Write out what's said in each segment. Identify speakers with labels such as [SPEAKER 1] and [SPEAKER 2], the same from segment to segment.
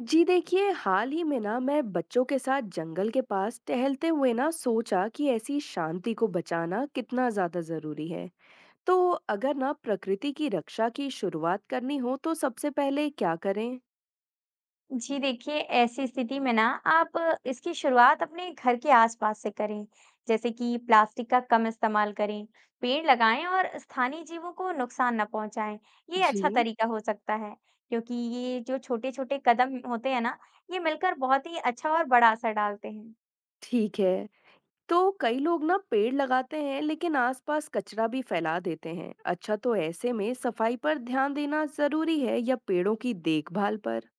[SPEAKER 1] जी देखिए, हाल ही में ना मैं बच्चों के साथ जंगल के पास टहलते हुए ना सोचा कि ऐसी शांति को बचाना कितना ज्यादा जरूरी है। तो अगर ना प्रकृति की रक्षा की शुरुआत करनी हो तो सबसे पहले क्या करें।
[SPEAKER 2] जी देखिए, ऐसी स्थिति में ना आप इसकी शुरुआत अपने घर के आसपास से करें। जैसे कि प्लास्टिक का कम इस्तेमाल करें, पेड़ लगाएं और स्थानीय जीवों को नुकसान न पहुंचाएं। ये
[SPEAKER 1] जी।
[SPEAKER 2] अच्छा तरीका हो सकता है, क्योंकि ये जो छोटे छोटे कदम होते हैं ना, ये मिलकर बहुत ही अच्छा और बड़ा असर डालते हैं।
[SPEAKER 1] ठीक है। तो कई लोग ना पेड़ लगाते हैं लेकिन आसपास कचरा भी फैला देते हैं। अच्छा, तो ऐसे में सफाई पर ध्यान देना जरूरी है या पेड़ों की देखभाल पर।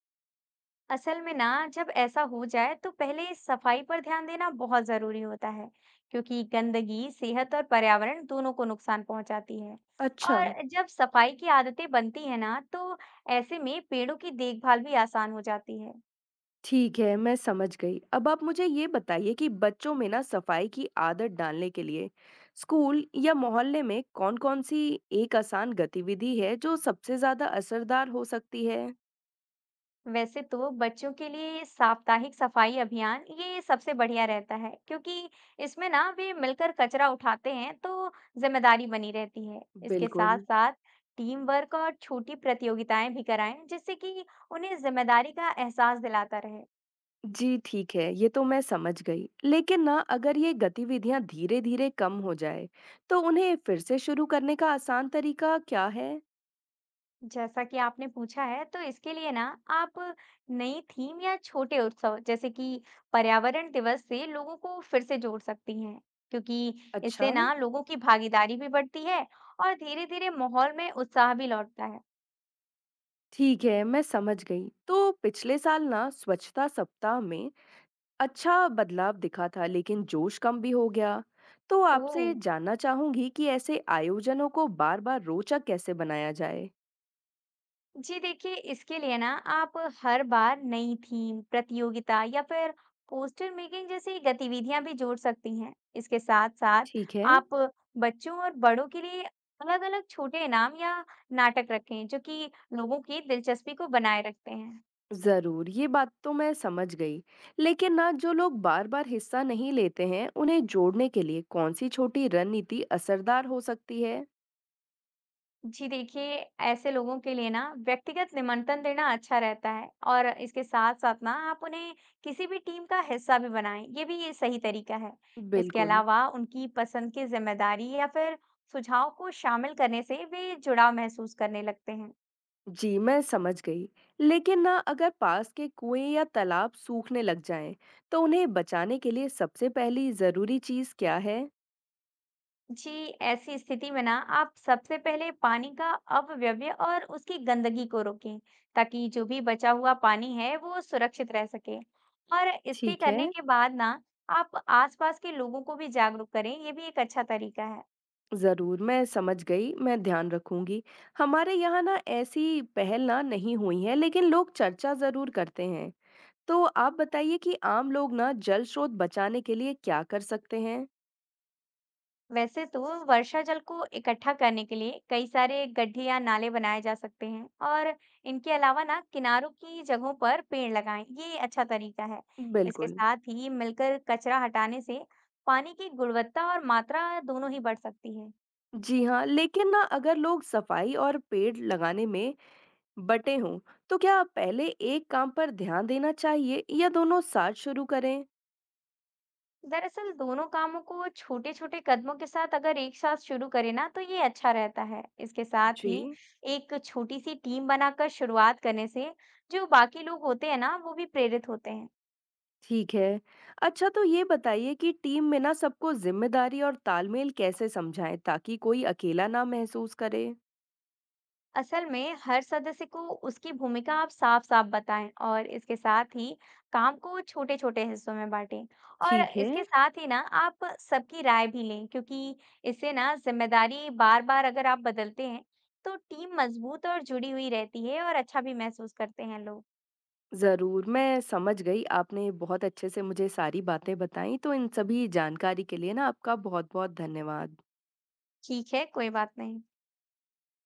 [SPEAKER 2] असल में ना, जब ऐसा हो जाए तो पहले इस सफाई पर ध्यान देना बहुत जरूरी होता है, क्योंकि गंदगी सेहत और पर्यावरण दोनों को नुकसान पहुंचाती है।
[SPEAKER 1] अच्छा।
[SPEAKER 2] और जब सफाई की आदतें बनती है ना, तो ऐसे में पेड़ों की देखभाल भी आसान हो जाती है।
[SPEAKER 1] ठीक है, मैं समझ गई। अब आप मुझे ये बताइए कि बच्चों में ना सफाई की आदत डालने के लिए स्कूल या मोहल्ले में कौन-कौन सी एक आसान गतिविधि है जो सबसे ज़्यादा असरदार हो सकती है?
[SPEAKER 2] वैसे तो बच्चों के लिए साप्ताहिक सफाई अभियान ये सबसे बढ़िया रहता है, क्योंकि इसमें ना वे मिलकर कचरा उठाते हैं, तो जिम्मेदारी बनी रहती है। इसके
[SPEAKER 1] बिल्कुल।
[SPEAKER 2] साथ साथ टीम वर्क और छोटी प्रतियोगिताएं भी कराएं, जिससे कि उन्हें जिम्मेदारी का एहसास दिलाता रहे।
[SPEAKER 1] जी, ठीक है, ये तो मैं समझ गई। लेकिन ना अगर ये गतिविधियाँ धीरे-धीरे कम हो जाए, तो उन्हें फिर से शुरू करने का आसान तरीका क्या है?
[SPEAKER 2] जैसा कि आपने पूछा है, तो इसके लिए ना आप नई थीम या छोटे उत्सव जैसे कि पर्यावरण दिवस से लोगों को फिर से जोड़ सकती हैं, क्योंकि
[SPEAKER 1] अच्छा।
[SPEAKER 2] इससे ना लोगों की भागीदारी भी बढ़ती है और धीरे-धीरे माहौल में उत्साह भी लौटता है।
[SPEAKER 1] ठीक है, मैं समझ गई। तो पिछले साल ना स्वच्छता सप्ताह में अच्छा बदलाव दिखा था लेकिन जोश कम भी हो गया। तो
[SPEAKER 2] ओह
[SPEAKER 1] आपसे जानना चाहूंगी कि ऐसे आयोजनों को बार-बार रोचक कैसे बनाया जाए?
[SPEAKER 2] जी देखिए, इसके लिए ना आप हर बार नई थीम, प्रतियोगिता या फिर पोस्टर मेकिंग जैसी गतिविधियां भी जोड़ सकती हैं। इसके साथ साथ
[SPEAKER 1] ठीक है।
[SPEAKER 2] आप बच्चों और बड़ों के लिए अलग-अलग छोटे इनाम या नाटक रखें जो कि लोगों की दिलचस्पी को बनाए रखते हैं।
[SPEAKER 1] जरूर, ये बात तो मैं समझ गई। लेकिन ना जो लोग बार-बार हिस्सा नहीं लेते हैं, उन्हें जोड़ने के लिए कौन सी छोटी रणनीति असरदार हो सकती है?
[SPEAKER 2] जी देखिए, ऐसे लोगों के लिए ना व्यक्तिगत निमंत्रण देना अच्छा रहता है, और इसके साथ साथ ना आप उन्हें किसी भी टीम का हिस्सा भी बनाएं, ये भी ये सही तरीका है। इसके
[SPEAKER 1] बिल्कुल।
[SPEAKER 2] अलावा उनकी पसंद की जिम्मेदारी या फिर सुझाव को शामिल करने से वे जुड़ाव महसूस करने लगते हैं।
[SPEAKER 1] जी, मैं समझ गई। लेकिन ना अगर पास के कुएं या तालाब सूखने लग जाएं, तो उन्हें बचाने के लिए सबसे पहली जरूरी चीज क्या है?
[SPEAKER 2] जी, ऐसी स्थिति में ना आप सबसे पहले पानी का अपव्यय और उसकी गंदगी को रोकें, ताकि जो भी बचा हुआ पानी है वो सुरक्षित रह सके। और इसके
[SPEAKER 1] ठीक है।
[SPEAKER 2] करने के बाद ना आप आसपास के लोगों को भी जागरूक करें, ये भी एक अच्छा तरीका है।
[SPEAKER 1] ज़रूर, मैं समझ गई, मैं ध्यान रखूंगी। हमारे यहाँ ना ऐसी पहल ना नहीं हुई है, लेकिन लोग चर्चा ज़रूर करते हैं। तो आप बताइए कि आम लोग ना जल स्रोत बचाने के लिए क्या कर सकते हैं?
[SPEAKER 2] वैसे तो वर्षा जल को इकट्ठा करने के लिए कई सारे गड्ढे या नाले बनाए जा सकते हैं, और इनके अलावा ना किनारों की जगहों पर पेड़ लगाएं, ये अच्छा तरीका है। इसके
[SPEAKER 1] बिल्कुल।
[SPEAKER 2] साथ ही मिलकर कचरा हटाने से पानी की गुणवत्ता और मात्रा दोनों ही बढ़ सकती है।
[SPEAKER 1] जी हाँ, लेकिन ना अगर लोग सफाई और पेड़ लगाने में बटे हों, तो क्या पहले एक काम पर ध्यान देना चाहिए या दोनों साथ शुरू करें?
[SPEAKER 2] दरअसल दोनों कामों को छोटे छोटे कदमों के साथ अगर एक साथ शुरू करें ना, तो ये अच्छा रहता है। इसके साथ
[SPEAKER 1] जी।
[SPEAKER 2] ही एक छोटी सी टीम बनाकर शुरुआत करने से जो बाकी लोग होते हैं ना, वो भी प्रेरित होते हैं।
[SPEAKER 1] ठीक है। अच्छा, तो ये बताइए कि टीम में ना सबको ज़िम्मेदारी और तालमेल कैसे समझाएँ ताकि कोई अकेला ना महसूस करे?
[SPEAKER 2] असल में हर सदस्य को उसकी भूमिका आप साफ साफ बताएं, और इसके साथ ही काम को छोटे छोटे हिस्सों में बांटें। और
[SPEAKER 1] ठीक है।
[SPEAKER 2] इसके साथ ही ना आप सबकी राय भी लें, क्योंकि इससे ना जिम्मेदारी बार बार अगर आप बदलते हैं, तो टीम मजबूत और जुड़ी हुई रहती है और अच्छा भी महसूस करते हैं लोग।
[SPEAKER 1] ज़रूर, मैं समझ गई। आपने बहुत अच्छे से मुझे सारी बातें बताईं, तो इन सभी जानकारी के लिए ना आपका बहुत-बहुत धन्यवाद।
[SPEAKER 2] ठीक है, कोई बात नहीं।